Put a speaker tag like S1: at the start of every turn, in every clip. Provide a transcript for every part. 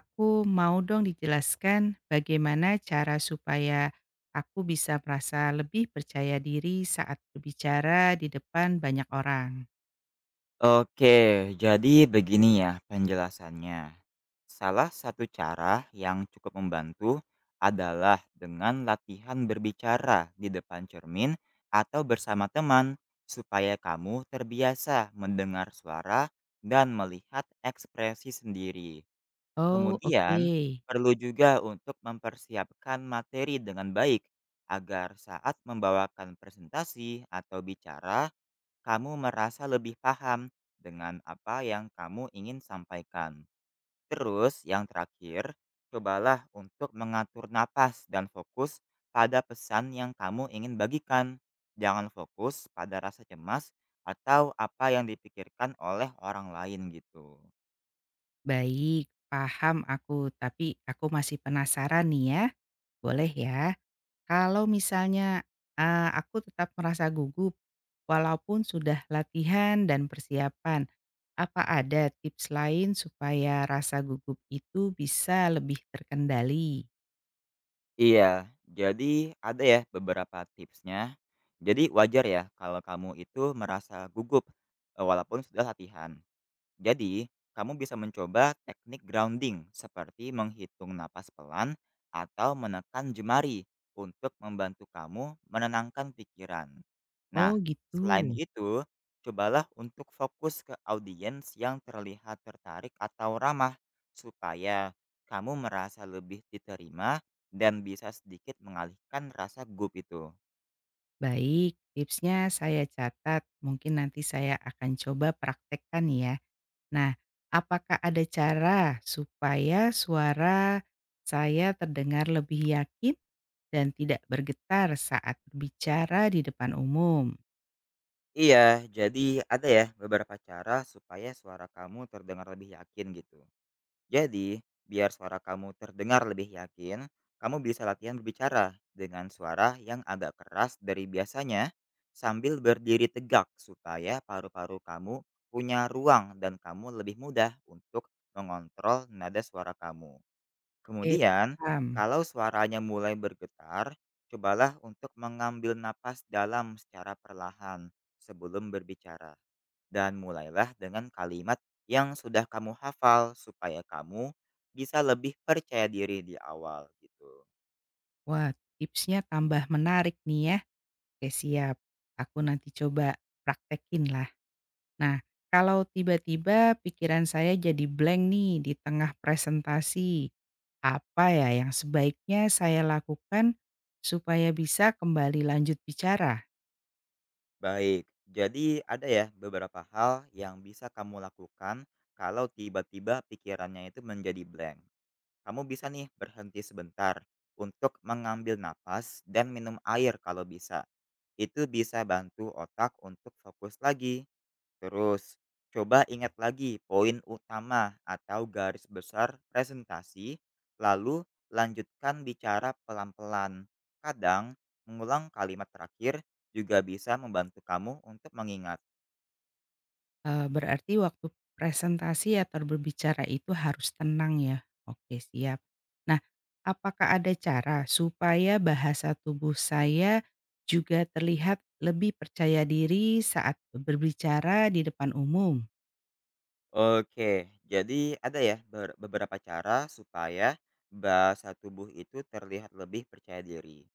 S1: Aku mau dong dijelaskan bagaimana cara supaya aku bisa merasa lebih percaya diri saat berbicara di depan banyak orang.
S2: Oke, jadi begini ya penjelasannya. Salah satu cara yang cukup membantu adalah dengan latihan berbicara di depan cermin atau bersama teman, supaya kamu terbiasa mendengar suara dan melihat ekspresi sendiri.
S1: Oh, oke.
S2: Kemudian, perlu juga untuk mempersiapkan materi dengan baik agar saat membawakan presentasi atau bicara kamu merasa lebih paham dengan apa yang kamu ingin sampaikan. Terus, yang terakhir, cobalah untuk mengatur napas dan fokus pada pesan yang kamu ingin bagikan. Jangan fokus pada rasa cemas atau apa yang dipikirkan oleh orang lain gitu.
S1: Baik, paham aku. Tapi aku masih penasaran nih ya. Boleh ya? Kalau misalnya aku tetap merasa gugup, walaupun sudah latihan dan persiapan, apa ada tips lain supaya rasa gugup itu bisa lebih terkendali?
S2: Iya, jadi ada ya beberapa tipsnya. Jadi wajar ya kalau kamu itu merasa gugup walaupun sudah latihan. Jadi, kamu bisa mencoba teknik grounding seperti menghitung napas pelan atau menekan jemari untuk membantu kamu menenangkan pikiran.
S1: Oh
S2: Nah,
S1: gitu.
S2: selain itu, cobalah untuk fokus ke audiens yang terlihat tertarik atau ramah supaya kamu merasa lebih diterima dan bisa sedikit mengalihkan rasa gup itu.
S1: Baik, tipsnya saya catat. Mungkin nanti saya akan coba praktekkan ya. Nah, apakah ada cara supaya suara saya terdengar lebih yakin dan tidak bergetar saat berbicara di depan umum?
S2: Iya, jadi ada ya beberapa cara supaya suara kamu terdengar lebih yakin gitu. Jadi, biar suara kamu terdengar lebih yakin, kamu bisa latihan berbicara dengan suara yang agak keras dari biasanya sambil berdiri tegak supaya paru-paru kamu punya ruang dan kamu lebih mudah untuk mengontrol nada suara kamu.
S1: Oke,
S2: Kemudian,
S1: paham.
S2: kalau suaranya mulai bergetar, cobalah untuk mengambil napas dalam secara perlahan sebelum berbicara. Dan mulailah dengan kalimat yang sudah kamu hafal supaya kamu bisa lebih percaya diri di awal gitu.
S1: Wah, tipsnya tambah menarik nih ya. Oke, siap. Aku nanti coba praktekin lah. Nah, kalau tiba-tiba pikiran saya jadi blank nih di tengah presentasi. Apa ya yang sebaiknya saya lakukan supaya bisa kembali lanjut bicara?
S2: Baik, jadi ada ya beberapa hal yang bisa kamu lakukan kalau tiba-tiba pikirannya itu menjadi blank. Kamu bisa nih berhenti sebentar untuk mengambil napas dan minum air kalau bisa. Itu bisa bantu otak untuk fokus lagi. Terus, coba ingat lagi poin utama atau garis besar presentasi, lalu lanjutkan bicara pelan-pelan. Kadang, mengulang kalimat terakhir juga bisa membantu kamu untuk mengingat.
S1: Berarti waktu presentasi atau berbicara itu harus tenang ya? Oke siap. Nah, apakah ada cara supaya bahasa tubuh saya juga terlihat lebih percaya diri saat berbicara di depan umum?
S2: Oke, jadi ada ya beberapa cara supaya bahasa tubuh itu terlihat lebih percaya diri.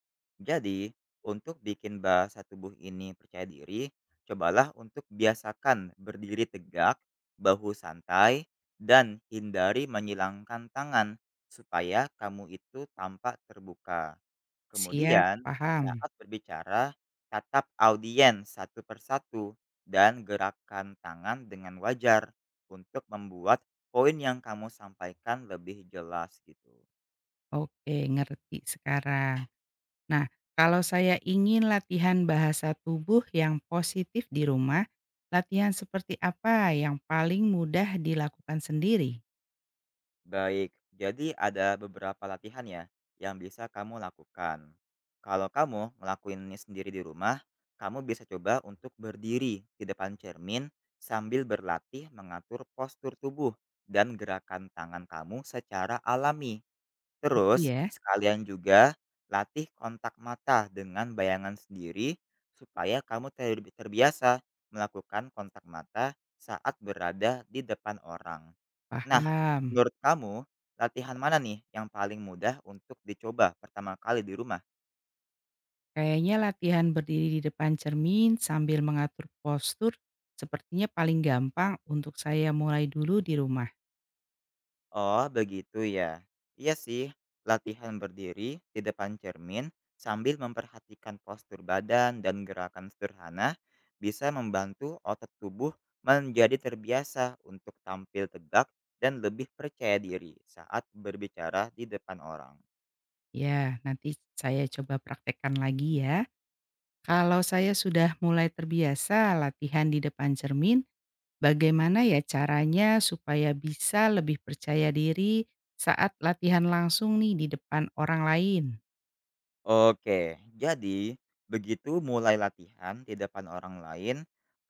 S2: Jadi, untuk bikin bahasa tubuh ini percaya diri, cobalah untuk biasakan berdiri tegak, bahu santai, dan hindari menyilangkan tangan supaya kamu itu tampak terbuka.
S1: Siap,
S2: Kemudian,
S1: paham.
S2: saat berbicara, tatap audiens satu persatu dan gerakan tangan dengan wajar untuk membuat poin yang kamu sampaikan lebih jelas gitu.
S1: Oke, ngerti sekarang. Nah, kalau saya ingin latihan bahasa tubuh yang positif di rumah, latihan seperti apa yang paling mudah dilakukan sendiri?
S2: Baik, jadi ada beberapa latihan ya yang bisa kamu lakukan. Kalau kamu ngelakuin ini sendiri di rumah, kamu bisa coba untuk berdiri di depan cermin sambil berlatih mengatur postur tubuh dan gerakan tangan kamu secara alami. Terus,
S1: Iya,
S2: sekalian juga latih kontak mata dengan bayangan sendiri supaya kamu terbiasa melakukan kontak mata saat berada di depan orang. Nah,
S1: paham.
S2: menurut kamu, latihan mana nih yang paling mudah untuk dicoba pertama kali di rumah?
S1: Kayaknya latihan berdiri di depan cermin sambil mengatur postur sepertinya paling gampang untuk saya mulai dulu di rumah.
S2: Oh, begitu ya. Iya sih, latihan berdiri di depan cermin sambil memperhatikan postur badan dan gerakan sederhana bisa membantu otot tubuh menjadi terbiasa untuk tampil tegak dan lebih percaya diri saat berbicara di depan orang.
S1: Ya, nanti saya coba praktekkan lagi ya. Kalau saya sudah mulai terbiasa latihan di depan cermin, bagaimana ya caranya supaya bisa lebih percaya diri saat latihan langsung nih di depan orang lain?
S2: Oke, jadi begitu mulai latihan di depan orang lain,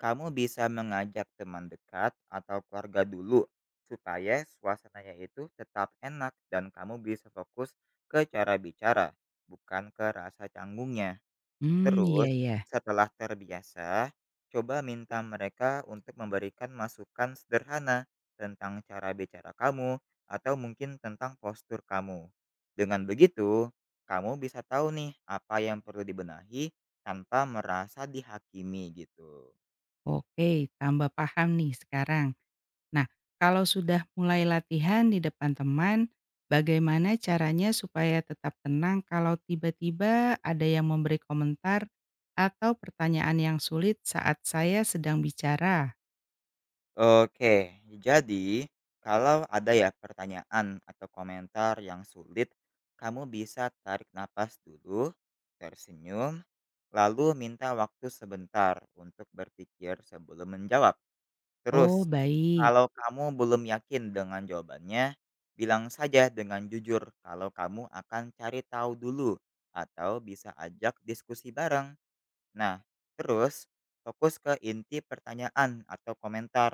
S2: kamu bisa mengajak teman dekat atau keluarga dulu supaya suasananya itu tetap enak dan kamu bisa fokus ke cara bicara, bukan ke rasa canggungnya.
S1: Hmm, iya
S2: Terus,
S1: ya.
S2: setelah terbiasa, coba minta mereka untuk memberikan masukan sederhana tentang cara bicara kamu atau mungkin tentang postur kamu. Dengan begitu, kamu bisa tahu nih apa yang perlu dibenahi tanpa merasa dihakimi gitu.
S1: Oke, tambah paham nih sekarang. Nah, kalau sudah mulai latihan di depan teman, bagaimana caranya supaya tetap tenang kalau tiba-tiba ada yang memberi komentar atau pertanyaan yang sulit saat saya sedang bicara?
S2: Oke, jadi kalau ada ya pertanyaan atau komentar yang sulit, kamu bisa tarik nafas dulu, tersenyum, lalu minta waktu sebentar untuk berpikir sebelum menjawab. Terus,
S1: Oh, baik.
S2: kalau kamu belum yakin dengan jawabannya, bilang saja dengan jujur kalau kamu akan cari tahu dulu atau bisa ajak diskusi bareng. Nah, terus fokus ke inti pertanyaan atau komentar.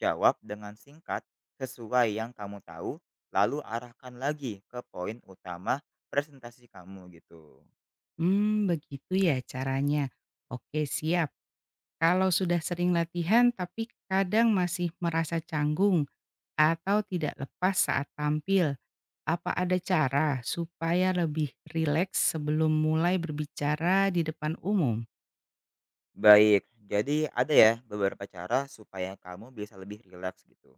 S2: Jawab dengan singkat sesuai yang kamu tahu, lalu arahkan lagi ke poin utama presentasi kamu gitu.
S1: Hmm, begitu ya caranya. Oke, siap. Kalau sudah sering latihan tapi kadang masih merasa canggung atau tidak lepas saat tampil, apa ada cara supaya lebih rileks sebelum mulai berbicara di depan umum?
S2: Baik, jadi ada ya beberapa cara supaya kamu bisa lebih rileks gitu.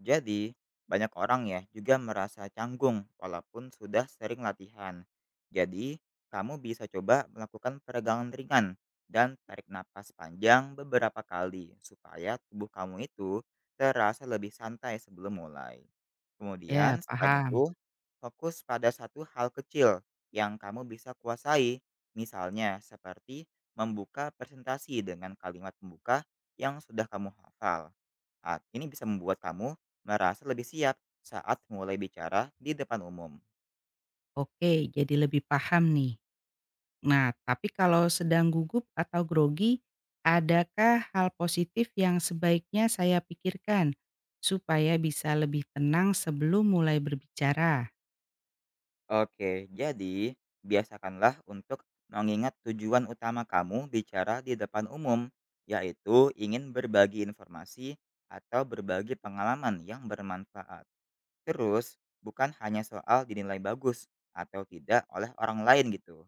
S2: Jadi, banyak orang ya juga merasa canggung walaupun sudah sering latihan. Jadi, kamu bisa coba melakukan peregangan ringan dan tarik napas panjang beberapa kali supaya tubuh kamu itu terasa lebih santai sebelum mulai.
S1: Ya,
S2: Kemudian, selain
S1: paham.
S2: itu, fokus pada satu hal kecil yang kamu bisa kuasai, misalnya seperti membuka presentasi dengan kalimat pembuka yang sudah kamu hafal. Saat ini bisa membuat kamu merasa lebih siap saat mulai bicara di depan umum.
S1: Oke, jadi lebih paham nih. Nah, tapi kalau sedang gugup atau grogi, adakah hal positif yang sebaiknya saya pikirkan supaya bisa lebih tenang sebelum mulai berbicara?
S2: Oke, jadi biasakanlah untuk mengingat tujuan utama kamu bicara di depan umum, yaitu ingin berbagi informasi atau berbagi pengalaman yang bermanfaat. Terus, bukan hanya soal dinilai bagus atau tidak oleh orang lain gitu.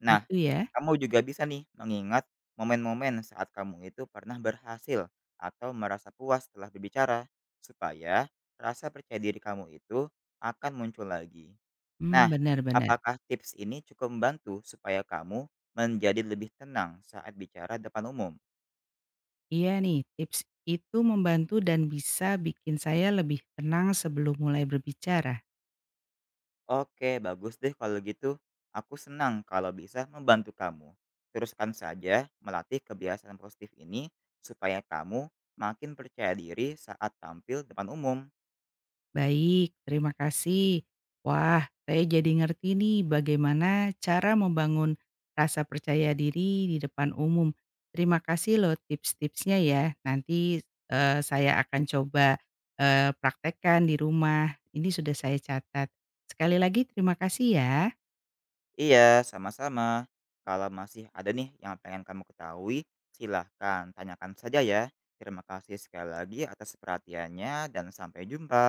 S2: Nah,
S1: Gitu ya?
S2: kamu juga bisa nih mengingat momen-momen saat kamu itu pernah berhasil atau merasa puas setelah berbicara, supaya rasa percaya diri kamu itu akan muncul lagi.
S1: Hmm,
S2: Nah,
S1: benar-benar.
S2: apakah tips ini cukup membantu supaya kamu menjadi lebih tenang saat bicara depan umum?
S1: Iya nih, tips itu membantu dan bisa bikin saya lebih tenang sebelum mulai berbicara.
S2: Oke, bagus deh kalau gitu. Aku senang kalau bisa membantu kamu. Teruskan saja melatih kebiasaan positif ini supaya kamu makin percaya diri saat tampil depan umum.
S1: Baik, terima kasih. Wah, saya jadi ngerti nih bagaimana cara membangun rasa percaya diri di depan umum. Terima kasih loh tips-tipsnya ya. Nanti saya akan coba praktekkan di rumah. Ini sudah saya catat. Sekali lagi terima kasih ya.
S2: Iya, sama-sama. Kalau masih ada nih yang pengen kamu ketahui, silahkan tanyakan saja ya. Terima kasih sekali lagi atas perhatiannya, dan sampai jumpa.